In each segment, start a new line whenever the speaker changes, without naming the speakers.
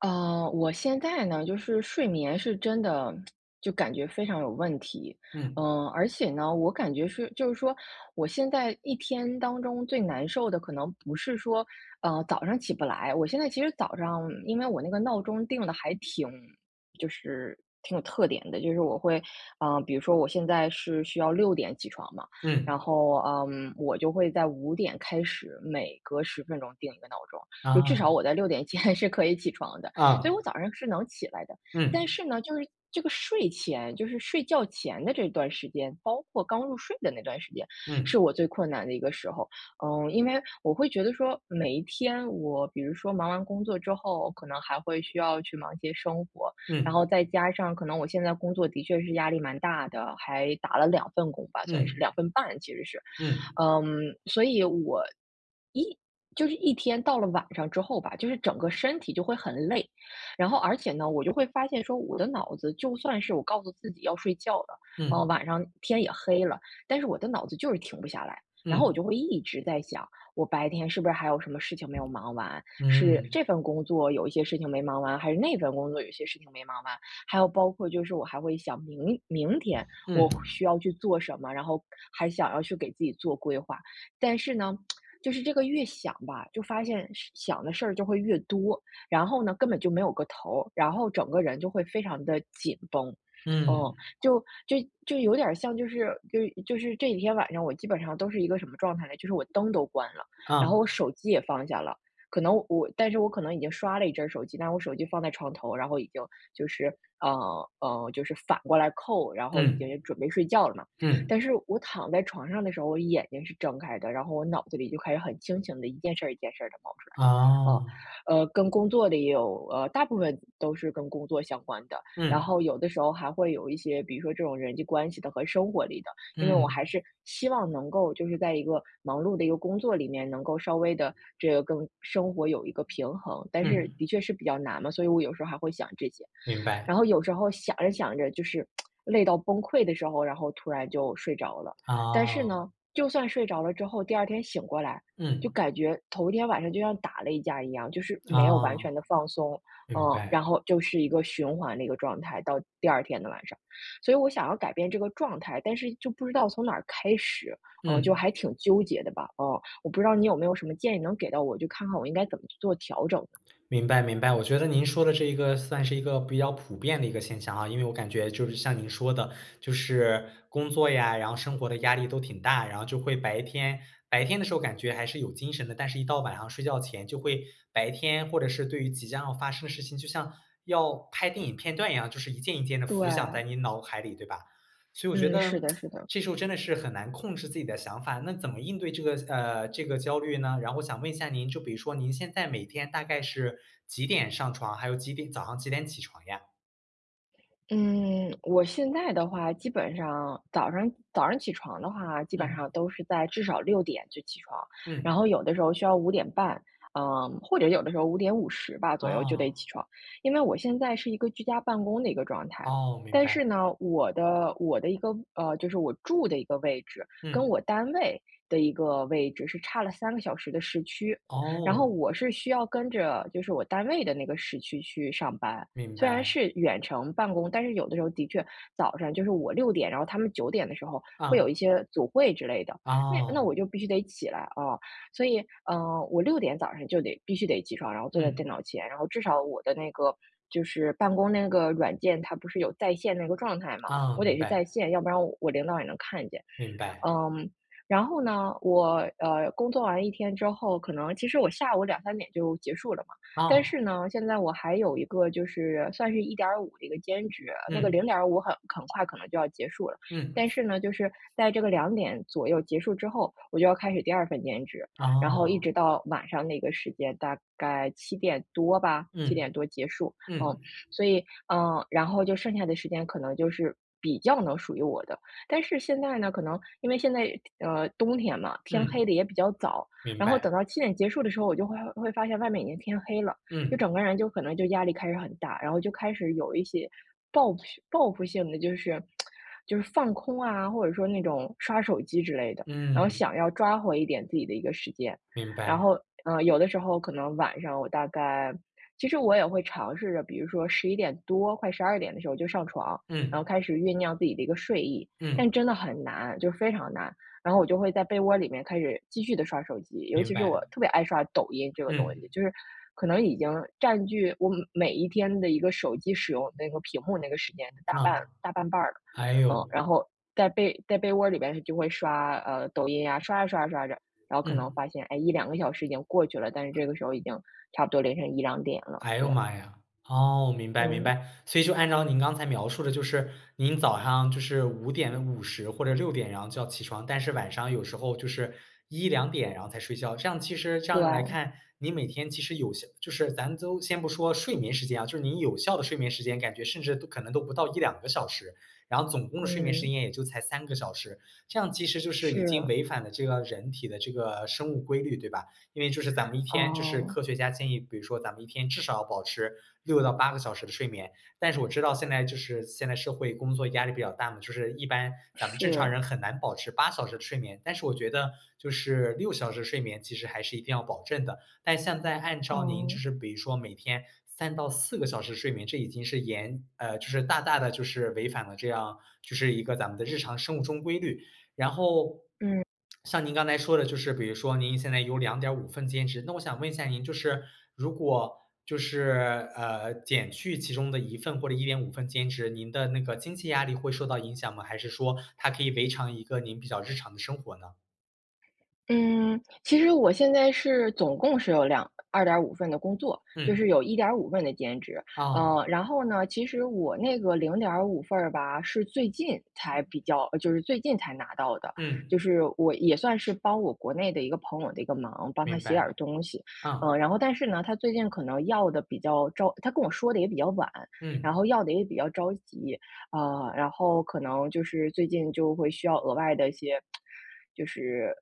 我现在呢，就是睡眠是真的，就感觉非常有问题。
嗯，
而且呢，我感觉是，就是说，我现在一天当中最难受的，可能不是说，早上起不来。我现在其实早上，因为我那个闹钟定的还挺，就是挺有特点的，就是我会，比如说我现在是需要六点起床嘛，然
嗯，
后，我就会在五点开始，每隔10分钟定一个闹钟。就至
啊，
少我在6点前 是可以起床的，所
啊，
以我早上是能起来的。但
嗯，
是呢，就是这个睡前，就是睡觉前的这段时间，包括刚入睡的那段时间，
嗯，
是我最困难的一个时候。因为我会觉得说，每一天我比如说忙完工作之后，可能还会需要去忙一些生活，然
嗯，
后再加上可能我现在工作的确是压力蛮大的，还打了两份工吧，算是
嗯，
2份半其实是。
嗯，
所以我一就是一天到了晚上之后吧，就是整个身体就会很累，然后而且呢，我就会发现说，我的脑子就算是我告诉自己要睡觉了，
嗯，
晚上天也黑了，但是我的脑子就是停不下来，然后我
嗯，
就会一直在想，我白天是不是还有什么事情没有忙完？是
嗯，
这份工作有一些事情没忙完，还是那份工作有一些事情没忙完？还有包括就是我还会想明天。
嗯，
我需要去做什么，然后还想要去给自己做规划。但是呢，就是这个越想吧，就发现是想的事儿就会越多，然后呢，根本就没有个头儿，然后整个人就会非常的紧绷。嗯，
嗯，
就就就有点儿像，就是这几天晚上，我基本上都是一个什么状态呢？就是我灯都关了，然
啊，
后我手机也放下了，可能我，但是我可能已经刷了一阵儿手机，但是我手机放在床头，然后已经就是就是反过来扣，然后已
嗯，
经准备睡觉了嘛。
嗯，
但是我躺在床上的时候，我眼睛是睁开的，然后我脑子里就开始很清醒的一件事儿一件事儿的冒出来。哦，
啊
跟工作的也有，大部分都是跟工作相关的，然
嗯，
后有的时候还会有一些，比如说这种人际关系的和生活里的，因为我
嗯，
还是希望能够就是在一个忙碌的一个工作里面，能够稍微的这个跟生活有一个平衡，但是
嗯，
的确是比较难嘛，所以我有时候还会想这些。
明白，
然后有时候想着想着就是累到崩溃的时候，然后突然就睡着了。但是
啊
呢，就算睡着了之后，第二天醒过来，就
嗯
感觉头一天晚上就像打了一架一样，就是没有完
哦，
全
啊
的放松，嗯，
明白，
然后就是一个循环的一个状态到第二天的晚上。所以我想要改变这个状态，但是就不知道从哪儿开始，就
嗯。
还挺纠结的吧，我不知道你有没有什么建议能给到我，就看看我应该怎么去做调整呢？
明白明白，我觉得您说的这一个算是一个比较普遍的一个现象啊，因为我感觉就是像您说的，就是工作呀，然后生活的压力都挺大，然后就会白天的时候感觉还是有精神的，但是一到晚上睡觉前就会白天或者是对于即将要发生的事情，就像要拍电影片段一样，就是一件一件的浮
对，
想在你脑海里，对吧？所以我觉
嗯，是
得
的，是的。
这时候真的是很难控制自己的想法，那怎么应对这个这个焦虑呢？然后想问一下您，就比如说您现在每天大概是几点上床，还有几点早上几点起床呀？
嗯，我现在的话，基本上早上起床的话，基本
嗯，
上都是在至少六点就起床，
嗯，
然后有的时候需要5点半，或者有的时候5点50吧左右就得
哦，
起床，因为我现在是一个居家办公的一个状态。
哦，明
但
白，
是呢，我的一个就是我住的一个位置，跟
嗯，
我单位的一个位置是差了3个小时的时区，然后
哦，
我是需要跟着就是我单位的那个时区去上班，
明
虽然
白，
是远程办公，但是有的时候的确早上就是我六点，然后他们9点的时候会有一
啊，
些组会之类的，那
哦，
我就必须得起来啊。所以我六点早上就得必须得起床，然后坐在电
嗯，
脑前，然后至少我的那个就是办公那个软件，它不是有在线那个状态嘛，
啊，
我
明
得是
白，
在线，要不然我领导也能看见。
明白，
嗯，然后呢，我工作完一天之后，可能其实我下午2、3点就结束了嘛，但
哦，
是呢，现在我还有一个就是算是1.5的一个兼职，那个
嗯，
零点五很快可能就要结束了，
嗯，
但是呢，就是在这个两点左右结束之后，我就要开始第二份兼职，然后一
哦，
直到晚上那个时间，大概七点多吧，七
嗯，
点多结束，嗯，
嗯，
所以然后就剩下的时间可能就是比较能属于我的。但是现在呢，可能因为现在冬天嘛，天黑
嗯，
的也比较早，
明
然后
白，
等到七点结束的时候，我就会发现外面已经天黑了，就
嗯，
整个人就可能就压力开始很大，然后就开始有一些报复报复性的，就是放空啊，或者说那种刷手机之类的，然后
嗯，
想要抓回一点自己的一个时间，
明
然
白，
后有的时候可能晚上我大概。其实我也会尝试着，比如说11点多、快12点的时候就上床，然后
嗯，
开始酝酿自己的一个睡意。
嗯，
但真的很难，就非常难。然后我就会在被窝里面开始继续的刷手机，尤
明
其是
白，
我特别爱刷抖音这个东
嗯，
西，就是可能已经占据我每一天的一个手机使用那个屏幕那个时间的大半
啊。
大半半儿了。
哎呦，
然后在被窝里边就会刷，抖音呀，刷着刷着刷着，然后可能
嗯，
发现，哎1、2个小时已经过去了，但是这个时候已经差不多凌晨1、2点了，
哎呦
对，
妈呀！哦，明白明
嗯，
白。所以就按照您刚才描述的，就是您早上就是5:50或者6点，然后就要起床，但是晚上有时候就是一两点，然后才睡觉。这样其实这样来
对，
看，你每天其实有效就是咱都先不说睡眠时间啊，就是您有效的睡眠时间，感觉甚至都可能都不到一两个小时，然后总共的睡眠时间
嗯，
也就才三个小时。这样其实就是已经
是，
违反了这个人体的这个生物规律，对吧？因为就是咱们一天，就是
哦，
科学家建议，比如说咱们一天至少要保持6到8个小时的睡眠。但是我知道现在就是现在社会工作压力比较大嘛，就是一般咱们正常
是，
人很难保持8小时的睡眠。但是我觉得就是6小时睡眠其实还是一定要保证的。但现在按照您就
哦，
是比如说每天3到4个小时睡眠，这已经是就是大大的就是违反了这样就是一个咱们的日常生物钟规律。然后
嗯。
像您刚才说的，就是比如说您现在有2.5份兼职，那我想问一下您，就是如果就是，减去其中的一份或者1.5份兼职，您的那个经济压力会受到影响吗？还是说它可以维常一个您比较日常的生活呢？
嗯，其实我现在是总共是有2五份的工作，就
嗯，
是有1五份的兼职。
哦，
然后呢，其实我那个0五份儿吧，是最近才比较呃就是最近才拿到的，
嗯，
就是我也算是帮我国内的一个朋友的一个忙，帮他
明
写
白，
点儿东西。
嗯，
然后但是呢，他最近可能要的比较着他跟我说的也比较晚，然
嗯，
后要的也比较着急，然后可能就是最近就会需要额外的一些，就是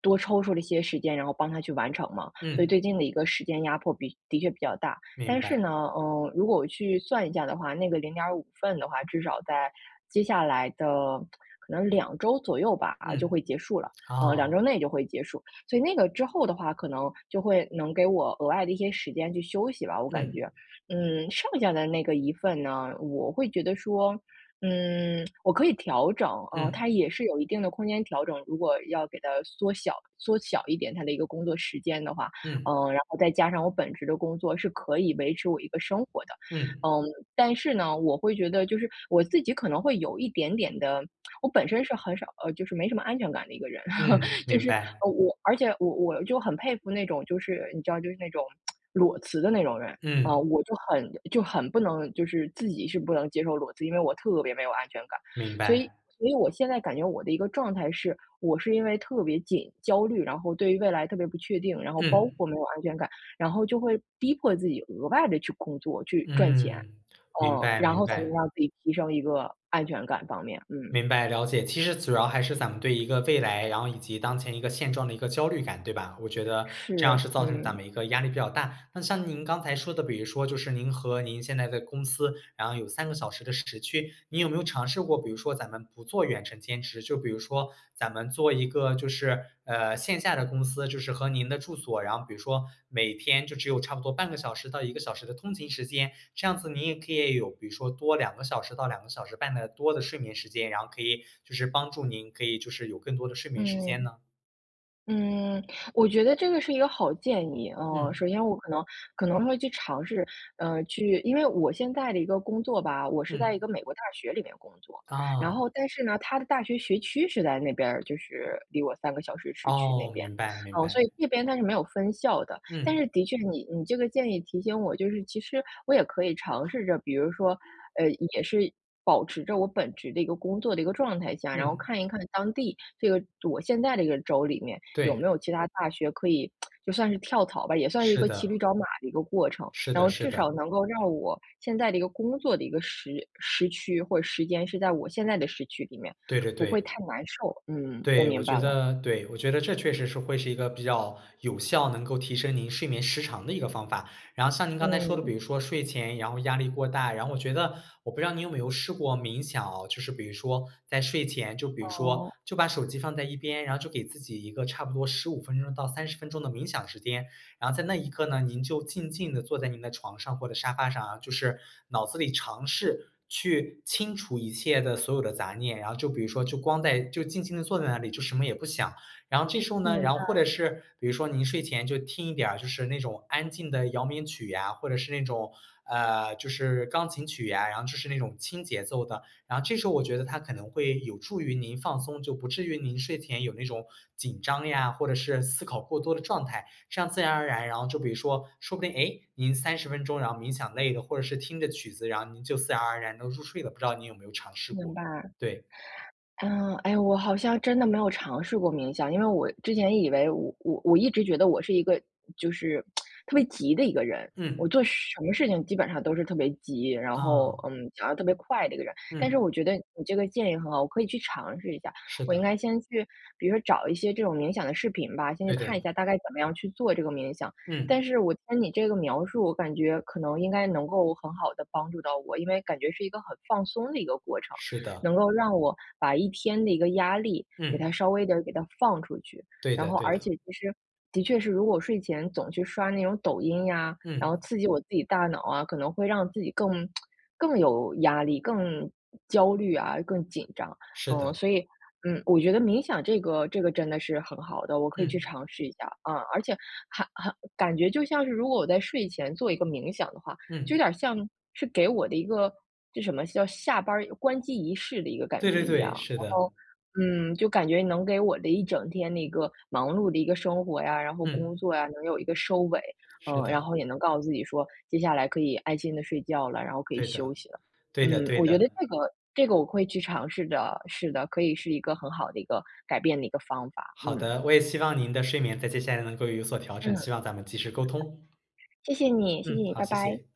多抽出了一些时间，然后帮他去完成嘛。所以
嗯，
最近的一个时间压迫的确比较大。
明
但
白，
是呢，如果我去算一下的话，那个0.5份的话，至少在接下来的可能两周左右吧，就
嗯，
会结束了。两
哦，
周内就会结束，所以那个之后的话，可能就会能给我额外的一些时间去休息吧，我感
嗯，
觉。剩下的那个一份呢，我会觉得说，我可以调整，
嗯，
它也是有一定的空间调整。如果要给它缩小缩小一点它的一个工作时间的话，
嗯，
然后再加上我本职的工作是可以维持我一个生活的。
嗯，
嗯，但是呢，我会觉得就是我自己可能会有一点点的，我本身是很少，就是没什么安全感的一个人，
嗯，
就
明
是
白，
我，而且我就很佩服那种就是你知道就是那种裸辞的那种人，啊，
嗯，
我就很不能就是自己是不能接受裸辞，因为我特别没有安全感。
明
所以
白，
所以我现在感觉我的一个状态是，我是因为特别焦虑，然后对于未来特别不确定，然后包
嗯。
括没有安全感，然后就会逼迫自己额外的去工作，去赚钱，
嗯，明
嗯，
白
然
明
后才能
白
让自己提升一个安全感方面，嗯，
明白，了解。其实主要还是咱们对一个未来，然后以及当前一个现状的一个焦虑感，对吧？我觉得这样
是，
是造成咱
嗯，
们一个压力比较大。那像您刚才说的，比如说就是您和您现在的公司然后有三个小时的时区。你有没有尝试过，比如说咱们不做远程兼职，就比如说咱们做一个就是，线下的公司，就是和您的住所，然后比如说每天就只有差不多半个小时到一个小时的通勤时间，这样子您也可以有比如说多两个小时到两个小时半的多的睡眠时间，然后可以就是帮助您可以就是有更多的睡眠时间
嗯。
呢？
嗯，我觉得这个是一个好建议。嗯，
嗯，
首先我可能可能会去尝试，去因为我现在的一个工作吧，我是在一
嗯，
个美国大学里面工作，然
哦，
后但是呢，它的大学学区是在那边儿，就是离我三个小时市区那
哦，
边，
明白明
嗯，所
白，
以这边它是没有分校的。但
嗯，
是的确你，你这个建议提醒我，就是其实我也可以尝试着，比如说，呃，也是保持着我本职的一个工作的一个状态下，然后
嗯，
看一看当地这个我现在这个州里面有
对，
没有其他大学可以就算是跳槽吧，也算是一
是
个骑
的，
驴找马的一个过程。
是
然
的
后
是
至
的，
少能够让我现在的一个工作的一个时区或者时间是在我现在的时区里面，
对对
不会太
对。
难受。嗯，我
对，我
明
觉
白了。
得对，我觉得这确实是会是一个比较有效，能够提升您睡眠时长的一个方法。然后像您刚才说的，
嗯，
比如说睡前，然后压力过大，然后我觉得，我不知道你有没有试过冥想哦，就是比如说在睡前，就比如说
哦，
就把手机放在一边，然后就给自己一个差不多15分钟到三十分钟的冥想时间，然后在那一刻呢，您就静静的坐在您的床上或者沙发上啊，就是脑子里尝试去清除一切的所有的杂念，然后就比如说就光在就静静的坐在那里，就什么也不想。然后这时候呢，
明
然后
白
或者是比如说您睡前就听一点儿就是那种安静的摇眠曲呀，或者是那种，就是钢琴曲呀，然后就是那种轻节奏的，然后这时候我觉得它可能会有助于您放松，就不至于您睡前有那种紧张呀，或者是思考过多的状态。这样自然而然，然后就比如说，说不定哎，您三十分钟然后冥想累了，或者是听着曲子，然后您就自然而然的入睡了，不知道您有没有尝试
明
过？
白。
对，
嗯，哎，我好像真的没有尝试过冥想，因为我之前以为我一直觉得我是一个就是特别急的一个人，我
嗯，
做什么事情基本上都是特别急，然后
啊，
嗯，想要特别快的一个人。但是
嗯，
我觉得你这个建议很好，我可以去尝试一下。
是
我应
的，
该先去，比如说找一些这种冥想的视频吧，先去
对
看一
的，
下大概怎么样去做这个冥想。
嗯，
但是我听你这个描述，我感觉可能应该能够很好的帮助到我，因为感觉是一个很放松的一个过程。
是的，
能够让我把一天的一个压力给它
嗯，
稍微的给它放出去。
对
然
的
后
对
而
的，
且其实的确是如果睡前总去刷那种抖音呀，然
嗯，
后刺激我自己大脑啊，可能会让自己更有压力、更焦虑啊、更紧张。
是
嗯，
的，
所以，嗯，我觉得冥想这个真的是很好的，我可以去
嗯，
尝试一下，啊，而且还感觉就像是如果我在睡前做一个冥想的话，就有
嗯，
点儿像是给我的一个这什么叫下班儿关机仪式的一个感
对
觉
对
一样。
对，是
然
的，
后，嗯，就感觉能给我的一整天的一个忙碌的一个生活呀，然后工
嗯，
作呀，能有一个收尾，
是
嗯，然
的，
后也能告诉自己说，接下来可以安心的睡觉了，然后可以
对的，
休息了。
对的
嗯，
对
我
的，
觉得这个我会去尝试的，是的，可以是一个很好的一个改变的一个方法。
好
嗯
的，我也希望您的睡眠在接下来能够有所调整，
嗯，
希望咱们及时沟通。
谢谢你，谢谢
嗯，
你，
好，
拜
谢
拜。
谢。